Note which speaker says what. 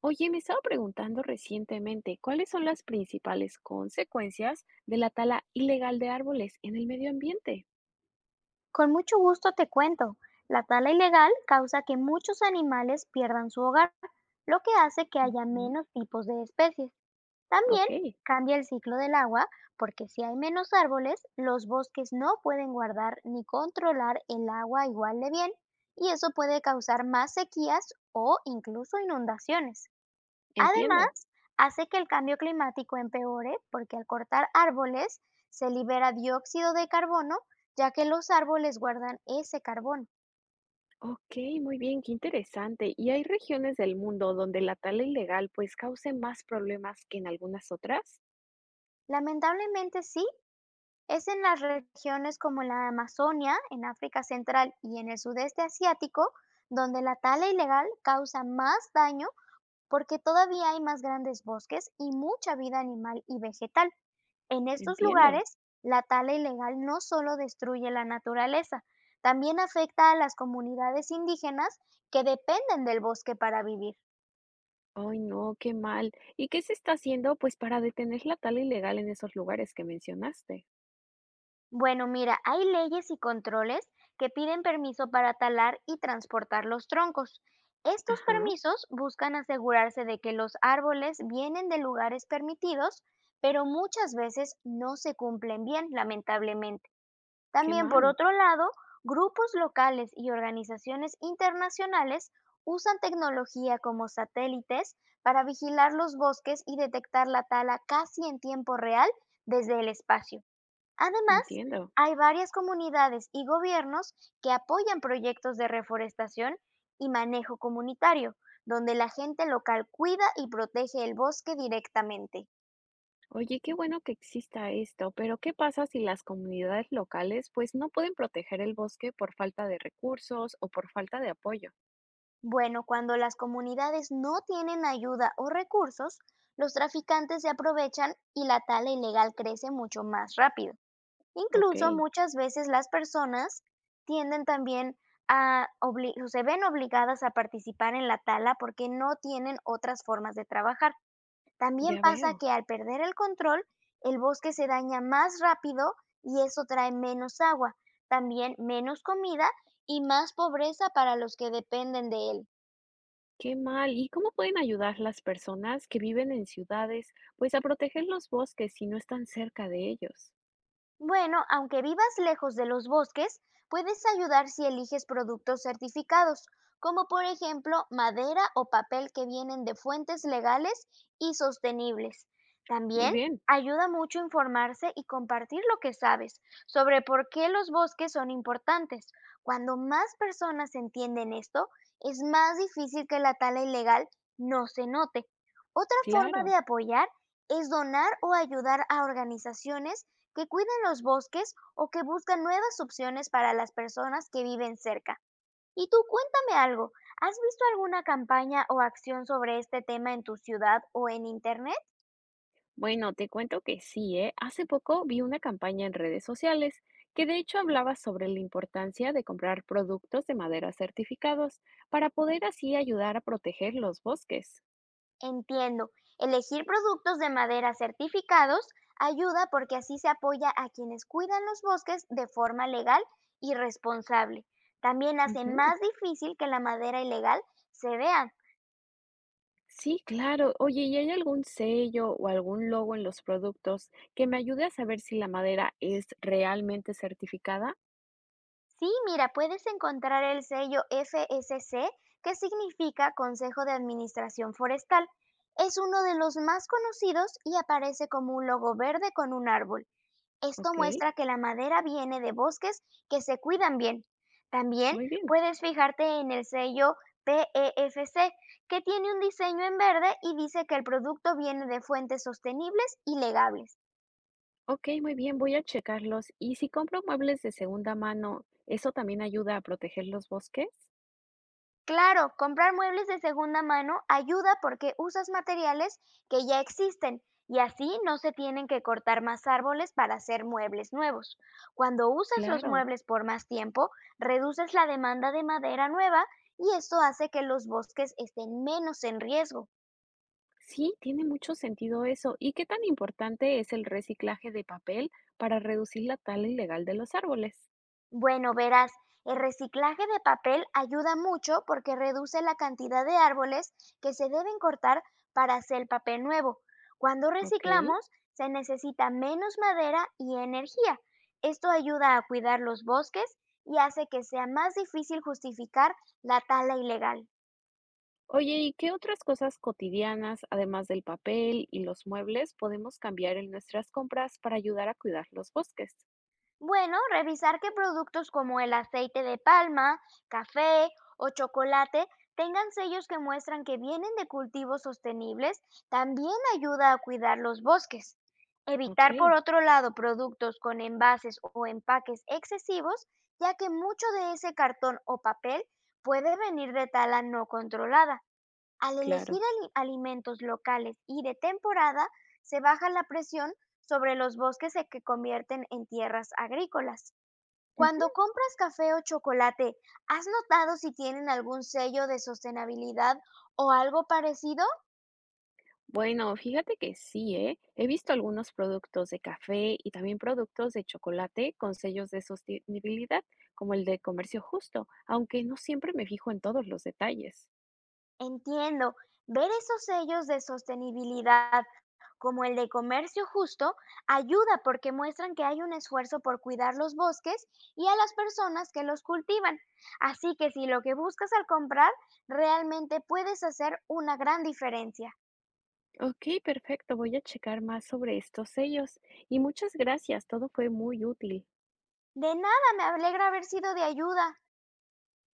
Speaker 1: Oye, me estaba preguntando recientemente, ¿cuáles son las principales consecuencias de la tala ilegal de árboles en el medio ambiente?
Speaker 2: Con mucho gusto te cuento. La tala ilegal causa que muchos animales pierdan su hogar, lo que hace que haya
Speaker 1: Ujú.
Speaker 2: menos tipos de especies. También
Speaker 1: Ok,
Speaker 2: cambia el ciclo del agua, porque si hay menos árboles, los bosques no pueden guardar ni controlar el agua igual de bien, y eso puede causar más sequías o incluso inundaciones. Además,
Speaker 1: entiendo.
Speaker 2: hace que el cambio climático empeore porque al cortar árboles se libera dióxido de carbono, ya que los árboles guardan ese carbono.
Speaker 1: Ok, muy bien, qué interesante. ¿Y hay regiones del mundo donde la tala ilegal pues cause más problemas que en algunas otras?
Speaker 2: Lamentablemente sí, es en las regiones como la Amazonia, en África Central y en el sudeste asiático, donde la tala ilegal causa más daño porque todavía hay más grandes bosques y mucha vida animal y vegetal. En estos
Speaker 1: Entiendo.
Speaker 2: lugares, la tala ilegal no solo destruye la naturaleza, también afecta a las comunidades indígenas que dependen del bosque para vivir.
Speaker 1: Ay, no, qué mal. ¿Y qué se está haciendo pues para detener la tala ilegal en esos lugares que mencionaste?
Speaker 2: Bueno, mira, hay leyes y controles que piden permiso para talar y transportar los troncos. Estos
Speaker 1: Ajá,
Speaker 2: permisos buscan asegurarse de que los árboles vienen de lugares permitidos, pero muchas veces no se cumplen bien, lamentablemente.
Speaker 1: qué
Speaker 2: También, por
Speaker 1: mal.
Speaker 2: otro lado, grupos locales y organizaciones internacionales usan tecnología como satélites para vigilar los bosques y detectar la tala casi en tiempo real desde el espacio. Además,
Speaker 1: Entiendo.
Speaker 2: hay varias comunidades y gobiernos que apoyan proyectos de reforestación y manejo comunitario, donde la gente local cuida y protege el bosque directamente.
Speaker 1: Oye, qué bueno que exista esto, pero ¿qué pasa si las comunidades locales pues no pueden proteger el bosque por falta de recursos o por falta de apoyo?
Speaker 2: Bueno, cuando las comunidades no tienen ayuda o recursos, los traficantes se aprovechan y la tala ilegal crece mucho más rápido.
Speaker 1: Ok,
Speaker 2: Incluso muchas veces las personas tienden también o se ven obligadas a participar en la tala porque no tienen otras formas de trabajar. También
Speaker 1: ya
Speaker 2: pasa
Speaker 1: veo.
Speaker 2: que al perder el control, el bosque se daña más rápido y eso trae menos agua, también menos comida y más pobreza para los que dependen de él.
Speaker 1: Qué mal. ¿Y cómo pueden ayudar las personas que viven en ciudades pues a proteger los bosques si no están cerca de ellos?
Speaker 2: Bueno, aunque vivas lejos de los bosques, puedes ayudar si eliges productos certificados, como por ejemplo madera o papel que vienen de fuentes legales y sostenibles.
Speaker 1: Muy
Speaker 2: También
Speaker 1: bien,
Speaker 2: ayuda mucho informarse y compartir lo que sabes sobre por qué los bosques son importantes. Cuando más personas entienden esto, es más difícil que la tala ilegal no se note. Otra forma de
Speaker 1: claro.
Speaker 2: apoyar es donar o ayudar a organizaciones que cuiden los bosques o que buscan nuevas opciones para las personas que viven cerca. Y tú, cuéntame algo, ¿has visto alguna campaña o acción sobre este tema en tu ciudad o en internet?
Speaker 1: Bueno, te cuento que sí, ¿eh? Hace poco vi una campaña en redes sociales que de hecho hablaba sobre la importancia de comprar productos de madera certificados para poder así ayudar a proteger los bosques.
Speaker 2: Entiendo, elegir productos de madera certificados ayuda porque así se apoya a quienes cuidan los bosques de forma legal y responsable. También hace
Speaker 1: Ujú.
Speaker 2: más difícil que la madera ilegal se vea.
Speaker 1: Sí, claro. Oye, ¿y hay algún sello o algún logo en los productos que me ayude a saber si la madera es realmente certificada?
Speaker 2: Sí, mira, puedes encontrar el sello FSC, que significa Consejo de Administración Forestal. Es uno de los más conocidos y aparece como un logo verde con un árbol. Esto
Speaker 1: Ok,
Speaker 2: muestra que la madera viene de bosques que se cuidan bien. También
Speaker 1: muy bien.
Speaker 2: puedes fijarte en el sello PEFC, que tiene un diseño en verde y dice que el producto viene de fuentes sostenibles y legables.
Speaker 1: Ok, muy bien, voy a checarlos. ¿Y si compro muebles de segunda mano, eso también ayuda a proteger los bosques?
Speaker 2: Claro, comprar muebles de segunda mano ayuda porque usas materiales que ya existen y así no se tienen que cortar más árboles para hacer muebles nuevos. Cuando usas los
Speaker 1: Claro.
Speaker 2: muebles por más tiempo, reduces la demanda de madera nueva y esto hace que los bosques estén menos en riesgo.
Speaker 1: Sí, tiene mucho sentido eso. ¿Y qué tan importante es el reciclaje de papel para reducir la tala ilegal de los árboles?
Speaker 2: Bueno, verás, el reciclaje de papel ayuda mucho porque reduce la cantidad de árboles que se deben cortar para hacer papel nuevo. Cuando
Speaker 1: Ok.
Speaker 2: reciclamos, se necesita menos madera y energía. Esto ayuda a cuidar los bosques y hace que sea más difícil justificar la tala ilegal.
Speaker 1: Oye, ¿y qué otras cosas cotidianas, además del papel y los muebles, podemos cambiar en nuestras compras para ayudar a cuidar los bosques?
Speaker 2: Bueno, revisar que productos como el aceite de palma, café o chocolate tengan sellos que muestran que vienen de cultivos sostenibles también ayuda a cuidar los bosques.
Speaker 1: Ok,
Speaker 2: Evitar, por otro lado, productos con envases o empaques excesivos, ya que mucho de ese cartón o papel puede venir de tala no controlada. Al elegir
Speaker 1: claro.
Speaker 2: ali- alimentos locales y de temporada, se baja la presión sobre los bosques que convierten en tierras agrícolas.
Speaker 1: Ujú.
Speaker 2: Cuando compras café o chocolate, ¿has notado si tienen algún sello de sostenibilidad o algo parecido?
Speaker 1: Bueno, fíjate que sí, ¿eh? He visto algunos productos de café y también productos de chocolate con sellos de sostenibilidad, como el de comercio justo, aunque no siempre me fijo en todos los detalles.
Speaker 2: Entiendo, ver esos sellos de sostenibilidad como el de Comercio Justo, ayuda porque muestran que hay un esfuerzo por cuidar los bosques y a las personas que los cultivan. Así que si lo que buscas al comprar, realmente puedes hacer una gran diferencia.
Speaker 1: Ok, perfecto. Voy a checar más sobre estos sellos. Y muchas gracias. Todo fue muy útil.
Speaker 2: De nada, me alegra haber sido de ayuda.